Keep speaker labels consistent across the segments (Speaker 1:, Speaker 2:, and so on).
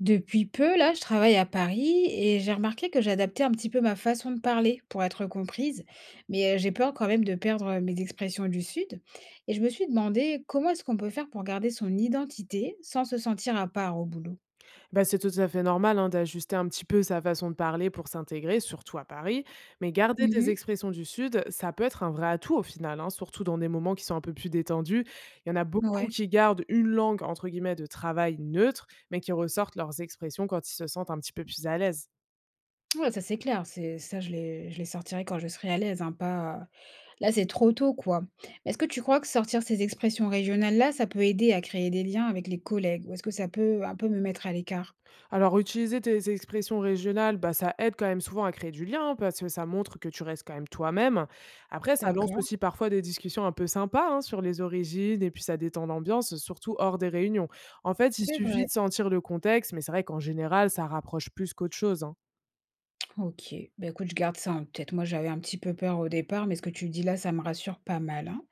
Speaker 1: Depuis peu, là, je travaille à Paris et j'ai remarqué que j'adaptais un petit peu ma façon de parler pour être comprise, mais j'ai peur quand même de perdre mes expressions du Sud. Et je me suis demandé comment est-ce qu'on peut faire pour garder son identité sans se sentir à part au boulot.
Speaker 2: Bah, c'est tout à fait normal, hein, d'ajuster un petit peu sa façon de parler pour s'intégrer, surtout à Paris. Mais garder tes
Speaker 1: Mhm.
Speaker 2: expressions du Sud, ça peut être un vrai atout au final, hein, surtout dans des moments qui sont un peu plus détendus. Il y en a beaucoup
Speaker 1: Ouais,
Speaker 2: qui gardent une langue, entre guillemets, de travail neutre, mais qui ressortent leurs expressions quand ils se sentent un petit peu plus à l'aise.
Speaker 1: ouais, ça c'est clair, c'est ça je les sortirai quand je serai à l'aise, hein, pas... Là, c'est trop tôt, quoi. Mais est-ce que tu crois que sortir ces expressions régionales-là, ça peut aider à créer des liens avec les collègues ou est-ce que ça peut un peu me mettre à l'écart?
Speaker 2: Alors, utiliser tes expressions régionales, bah, ça aide quand même souvent à créer du lien parce que ça montre que tu restes quand même toi-même. Après, ça lance
Speaker 1: D'accord,
Speaker 2: aussi parfois des discussions un peu sympas, hein, sur les origines et puis ça détend l'ambiance, surtout hors des réunions. En fait, il
Speaker 1: c'est
Speaker 2: suffit
Speaker 1: vrai.
Speaker 2: de sentir le contexte, mais c'est vrai qu'en général, ça rapproche plus qu'autre chose, hein.
Speaker 1: OK. Bah, écoute, je garde ça en tête. Moi, j'avais un petit peu peur au départ, mais ce que tu dis là, ça me rassure pas mal, hein.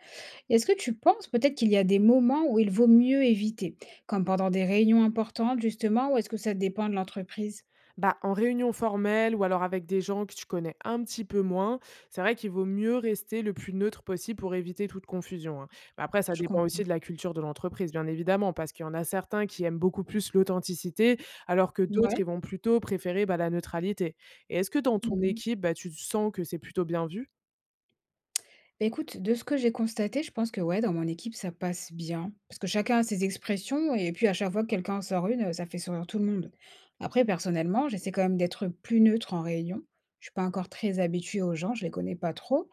Speaker 1: Et est-ce que tu penses peut-être qu'il y a des moments où il vaut mieux éviter, comme pendant des réunions importantes justement, ou est-ce que ça dépend de l'entreprise?
Speaker 2: Bah, en réunion formelle ou alors avec des gens que tu connais un petit peu moins, c'est vrai qu'il vaut mieux rester le plus neutre possible pour éviter toute confusion, hein. Mais après, ça
Speaker 1: Je
Speaker 2: dépend
Speaker 1: comprends.
Speaker 2: aussi de la culture de l'entreprise, bien évidemment, parce qu'il y en a certains qui aiment beaucoup plus l'authenticité, alors que d'autres,
Speaker 1: Ouais.
Speaker 2: ils vont plutôt préférer bah, la neutralité. Et est-ce que dans ton
Speaker 1: Mmh.
Speaker 2: équipe, bah, tu sens que c'est plutôt bien vu?
Speaker 1: Bah, écoute, de ce que j'ai constaté, je pense que ouais, dans mon équipe, ça passe bien. Parce que chacun a ses expressions et puis à chaque fois que quelqu'un en sort une, ça fait sourire tout le monde. Après, personnellement, j'essaie quand même d'être plus neutre en réunion. Je suis pas encore très habituée aux gens, je les connais pas trop.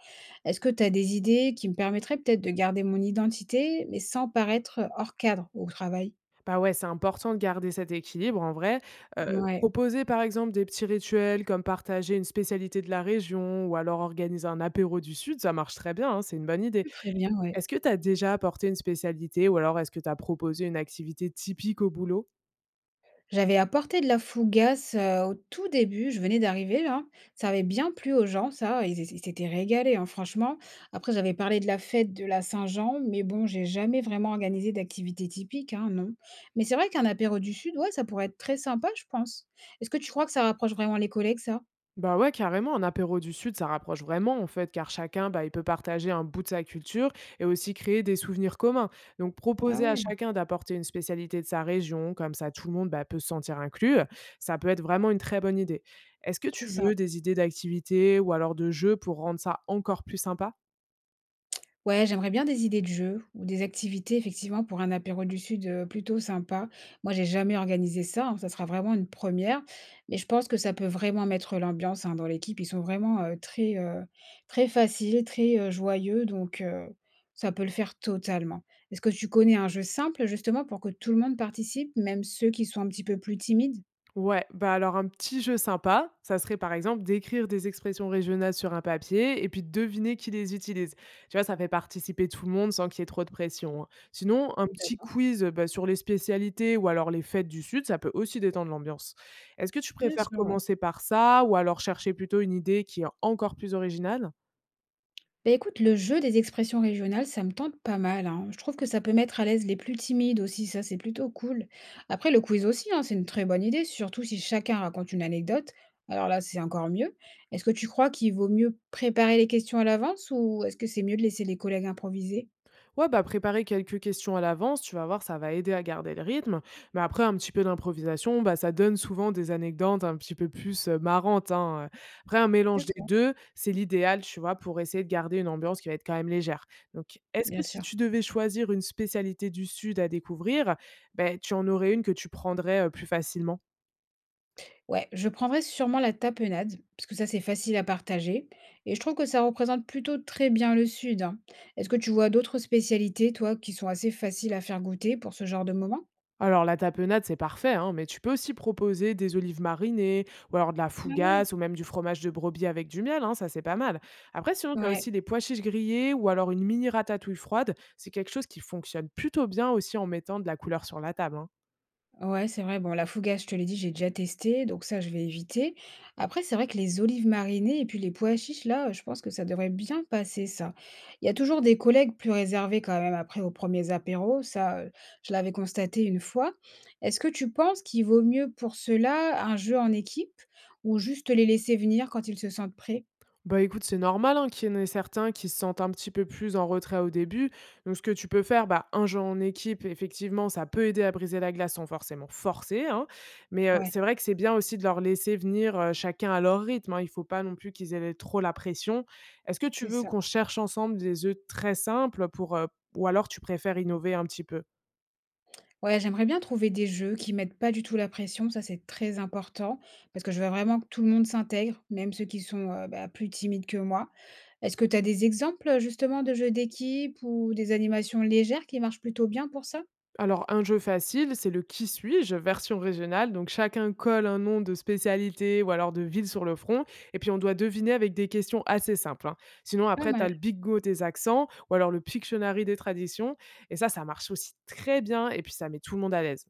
Speaker 1: Est-ce que tu as des idées qui me permettraient peut-être de garder mon identité, mais sans paraître hors cadre au travail?
Speaker 2: Bah, ouais, c'est important de garder cet équilibre en vrai.
Speaker 1: Ouais,
Speaker 2: Proposer par exemple des petits rituels comme partager une spécialité de la région ou alors organiser un apéro du Sud, ça marche très bien, hein, c'est une bonne idée.
Speaker 1: très bien, ouais.
Speaker 2: Est-ce que tu as déjà apporté une spécialité ou alors est-ce que tu as proposé une activité typique au boulot?
Speaker 1: J'avais apporté de la fougasse, au tout début, je venais d'arriver là. Ça avait bien plu aux gens ça, ils s'étaient régalés, hein, franchement. Après j'avais parlé de la fête de la Saint-Jean, mais bon, j'ai jamais vraiment organisé d'activité typique, hein, non. Mais c'est vrai qu'un apéro du sud, ouais, ça pourrait être très sympa, je pense. Est-ce que tu crois que ça rapproche vraiment les collègues ça?
Speaker 2: Bah, ouais, carrément, un apéro du Sud, ça rapproche vraiment en fait, car chacun, bah, il peut partager un bout de sa culture et aussi créer des souvenirs communs. Donc,
Speaker 1: Ah
Speaker 2: proposer à
Speaker 1: ouais,
Speaker 2: chacun d'apporter une spécialité de sa région, comme ça tout le monde bah, peut se sentir inclus, ça peut être vraiment une très bonne idée. Est-ce que
Speaker 1: c'est
Speaker 2: tu
Speaker 1: ça.
Speaker 2: veux des idées d'activités ou alors de jeux pour rendre ça encore plus sympa?
Speaker 1: Ouais, j'aimerais bien des idées de jeux ou des activités, effectivement, pour un apéro du Sud plutôt sympa. Moi, j'ai jamais organisé ça, hein, ça sera vraiment une première, mais je pense que ça peut vraiment mettre l'ambiance hein, dans l'équipe. Ils sont vraiment très faciles, très joyeux, donc ça peut le faire totalement. Est-ce que tu connais un jeu simple, justement, pour que tout le monde participe, même ceux qui sont un petit peu plus timides?
Speaker 2: Ouais, bah alors un petit jeu sympa, ça serait par exemple d'écrire des expressions régionales sur un papier et puis deviner qui les utilise. Tu vois, ça fait participer tout le monde sans qu'il y ait trop de pression, hein. Sinon, un petit
Speaker 1: D'accord,
Speaker 2: quiz bah, sur les spécialités ou alors les fêtes du Sud, ça peut aussi détendre l'ambiance. Est-ce que tu
Speaker 1: bien
Speaker 2: préfères
Speaker 1: sûr, ouais.
Speaker 2: commencer par ça ou alors chercher plutôt une idée qui est encore plus originale?
Speaker 1: Bah écoute, le jeu des expressions régionales, ça me tente pas mal, hein. Je trouve que ça peut mettre à l'aise les plus timides aussi, ça c'est plutôt cool. Après, le quiz aussi, hein, c'est une très bonne idée, surtout si chacun raconte une anecdote. Alors là, c'est encore mieux. Est-ce que tu crois qu'il vaut mieux préparer les questions à l'avance ou est-ce que c'est mieux de laisser les collègues improviser?
Speaker 2: Ouais, bah, préparer quelques questions à l'avance, tu vas voir, ça va aider à garder le rythme. Mais après, un petit peu d'improvisation, bah, ça donne souvent des anecdotes un petit peu plus marrantes, hein. Après, un mélange des
Speaker 1: D'accord,
Speaker 2: deux, c'est l'idéal, tu vois, pour essayer de garder une ambiance qui va être quand même légère. Donc, est-ce que
Speaker 1: bien
Speaker 2: si
Speaker 1: sûr.
Speaker 2: tu devais choisir une spécialité du Sud à découvrir, ben tu en aurais une que tu prendrais plus facilement?
Speaker 1: Ouais, je prendrais sûrement la tapenade, parce que ça c'est facile à partager, et je trouve que ça représente plutôt très bien le Sud, hein. Est-ce que tu vois d'autres spécialités, toi, qui sont assez faciles à faire goûter pour ce genre de moment?
Speaker 2: Alors la tapenade, c'est parfait, hein, mais tu peux aussi proposer des olives marinées, ou alors de la
Speaker 1: Ah ouais.
Speaker 2: fougasse, ou même du fromage de brebis avec du miel, hein, ça c'est pas mal. Après, sinon, tu as
Speaker 1: Ouais,
Speaker 2: aussi des pois chiches grillés, ou alors une mini ratatouille froide, c'est quelque chose qui fonctionne plutôt bien aussi en mettant de la couleur sur la table, hein.
Speaker 1: ouais, c'est vrai. Bon, la fougasse, je te l'ai dit, j'ai déjà testé, donc ça, je vais éviter. Après, c'est vrai que les olives marinées et puis les pois chiches, là, je pense que ça devrait bien passer, ça. Il y a toujours des collègues plus réservés quand même après aux premiers apéros, je l'avais constaté une fois. Est-ce que tu penses qu'il vaut mieux pour cela un jeu en équipe ou juste les laisser venir quand ils se sentent prêts?
Speaker 2: Bah, écoute, c'est normal, hein, qu'il y en ait certains qui se sentent un petit peu plus en retrait au début. Donc, ce que tu peux faire, bah, un jeu en équipe, effectivement, ça peut aider à briser la glace sans forcément forcer, hein. Mais,
Speaker 1: Ouais,
Speaker 2: c'est vrai que c'est bien aussi de leur laisser venir, chacun à leur rythme, hein. Il faut pas non plus qu'ils aient trop la pression. Est-ce que tu
Speaker 1: c'est
Speaker 2: veux
Speaker 1: ça.
Speaker 2: qu'on cherche ensemble des œufs très simples pour, ou alors tu préfères innover un petit peu?
Speaker 1: Ouais, j'aimerais bien trouver des jeux qui mettent pas du tout la pression, ça c'est très important, parce que je veux vraiment que tout le monde s'intègre, même ceux qui sont plus timides que moi. Est-ce que tu as des exemples justement de jeux d'équipe ou des animations légères qui marchent plutôt bien pour ça?
Speaker 2: Alors, un jeu facile, c'est le Qui suis-je, version régionale. Donc, chacun colle un nom de spécialité ou alors de ville sur le front. Et puis, on doit deviner avec des questions assez simples, hein. Sinon,
Speaker 1: Pas
Speaker 2: après, tu
Speaker 1: mal.
Speaker 2: as le Go des accents ou alors le Pictionary des traditions. Et ça marche aussi très bien. Et puis, ça met tout le monde à l'aise.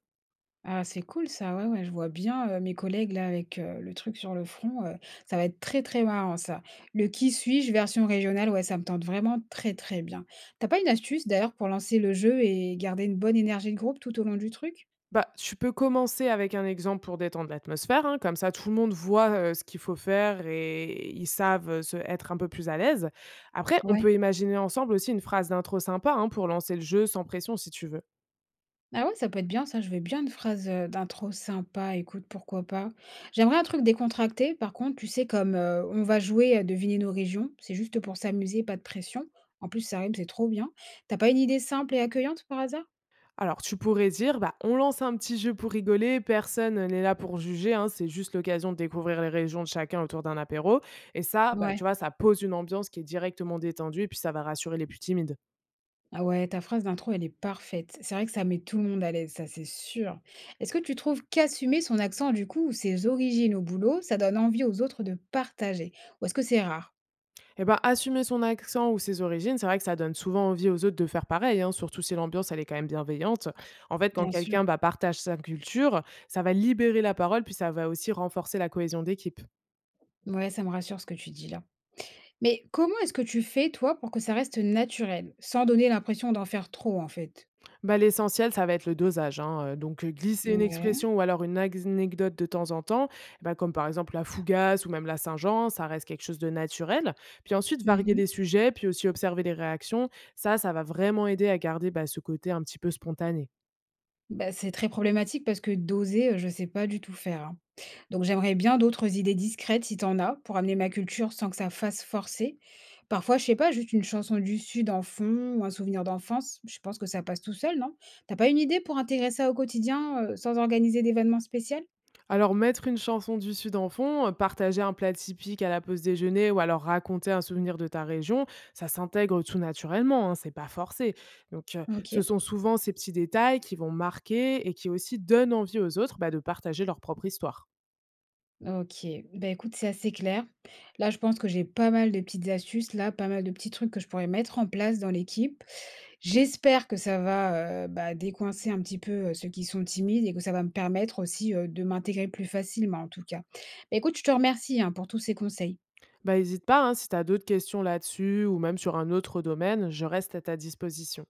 Speaker 1: Ah, c'est cool ça, ouais, ouais, je vois bien mes collègues là avec le truc sur le front, ça va être très très marrant ça. Le qui suis-je version régionale, ouais, ça me tente vraiment très très bien. T'as pas une astuce d'ailleurs pour lancer le jeu et garder une bonne énergie de groupe tout au long du truc?
Speaker 2: Bah, tu peux commencer avec un exemple pour détendre l'atmosphère, hein. Comme ça, tout le monde voit ce qu'il faut faire et ils savent être un peu plus à l'aise. Après, on
Speaker 1: Ouais.
Speaker 2: peut imaginer ensemble aussi une phrase d'intro sympa, hein, pour lancer le jeu sans pression si tu veux.
Speaker 1: Ah ouais, ça peut être bien ça, je veux bien une phrase, d'intro sympa, écoute, pourquoi pas. J'aimerais un truc décontracté par contre, tu sais comme, on va jouer à deviner nos régions, c'est juste pour s'amuser, pas de pression. En plus ça rime, c'est trop bien. T'as pas une idée simple et accueillante par hasard?
Speaker 2: Alors, tu pourrais dire, bah, on lance un petit jeu pour rigoler, personne n'est là pour juger, hein, c'est juste l'occasion de découvrir les régions de chacun autour d'un apéro. Et ça, bah, tu
Speaker 1: Ouais.
Speaker 2: vois, ça pose une ambiance qui est directement détendue et puis ça va rassurer les plus timides.
Speaker 1: Ah ouais, ta phrase d'intro, elle est parfaite. C'est vrai que ça met tout le monde à l'aise, ça c'est sûr. Est-ce que tu trouves qu'assumer son accent du coup ou ses origines au boulot, ça donne envie aux autres de partager? Ou est-ce que c'est rare?
Speaker 2: Et ben, assumer son accent ou ses origines, c'est vrai que ça donne souvent envie aux autres de faire pareil, hein, surtout si l'ambiance, elle est quand même bienveillante. En fait, quand
Speaker 1: Bien sûr.
Speaker 2: quelqu'un bah, partage sa culture, ça va libérer la parole, puis ça va aussi renforcer la cohésion d'équipe.
Speaker 1: Ouais, ça me rassure ce que tu dis là. Mais comment est-ce que tu fais, toi, pour que ça reste naturel, sans donner l'impression d'en faire trop, en fait?
Speaker 2: Bah, l'essentiel, ça va être le dosage, hein, donc glisser une
Speaker 1: Ouais.
Speaker 2: expression ou alors une ax anecdote de temps en temps, bah, comme par exemple la fougasse ou même la Saint-Jean, ça reste quelque chose de naturel. Puis ensuite, varier
Speaker 1: Mmh.
Speaker 2: les sujets, puis aussi observer les réactions, ça va vraiment aider à garder, bah, ce côté un petit peu spontané.
Speaker 1: Bah, c'est très problématique parce que doser, je sais pas du tout faire, hein. Donc j'aimerais bien d'autres idées discrètes si t'en as, pour amener ma culture sans que ça fasse forcer. Parfois, je sais pas, juste une chanson du sud en fond ou un souvenir d'enfance, je pense que ça passe tout seul, non? T'as pas une idée pour intégrer ça au quotidien, sans organiser d'événements spéciaux.
Speaker 2: Alors mettre une chanson du Sud en fond, partager un plat typique à la pause déjeuner ou alors raconter un souvenir de ta région, ça s'intègre tout naturellement, hein, c'est pas forcé. Donc ce
Speaker 1: OK.
Speaker 2: sont souvent ces petits détails qui vont marquer et qui aussi donnent envie aux autres, bah, de partager leur propre histoire.
Speaker 1: OK. Bah, écoute, c'est assez clair. Là, je pense que j'ai pas mal de petites astuces, là, pas mal de petits trucs que je pourrais mettre en place dans l'équipe. J'espère que ça va, bah, décoincer un petit peu, ceux qui sont timides et que ça va me permettre aussi, de m'intégrer plus facilement, en tout cas. Bah, écoute, je te remercie, hein, pour tous ces conseils.
Speaker 2: Bah, n'hésite pas, hein, si tu as d'autres questions là-dessus ou même sur un autre domaine, je reste à ta disposition.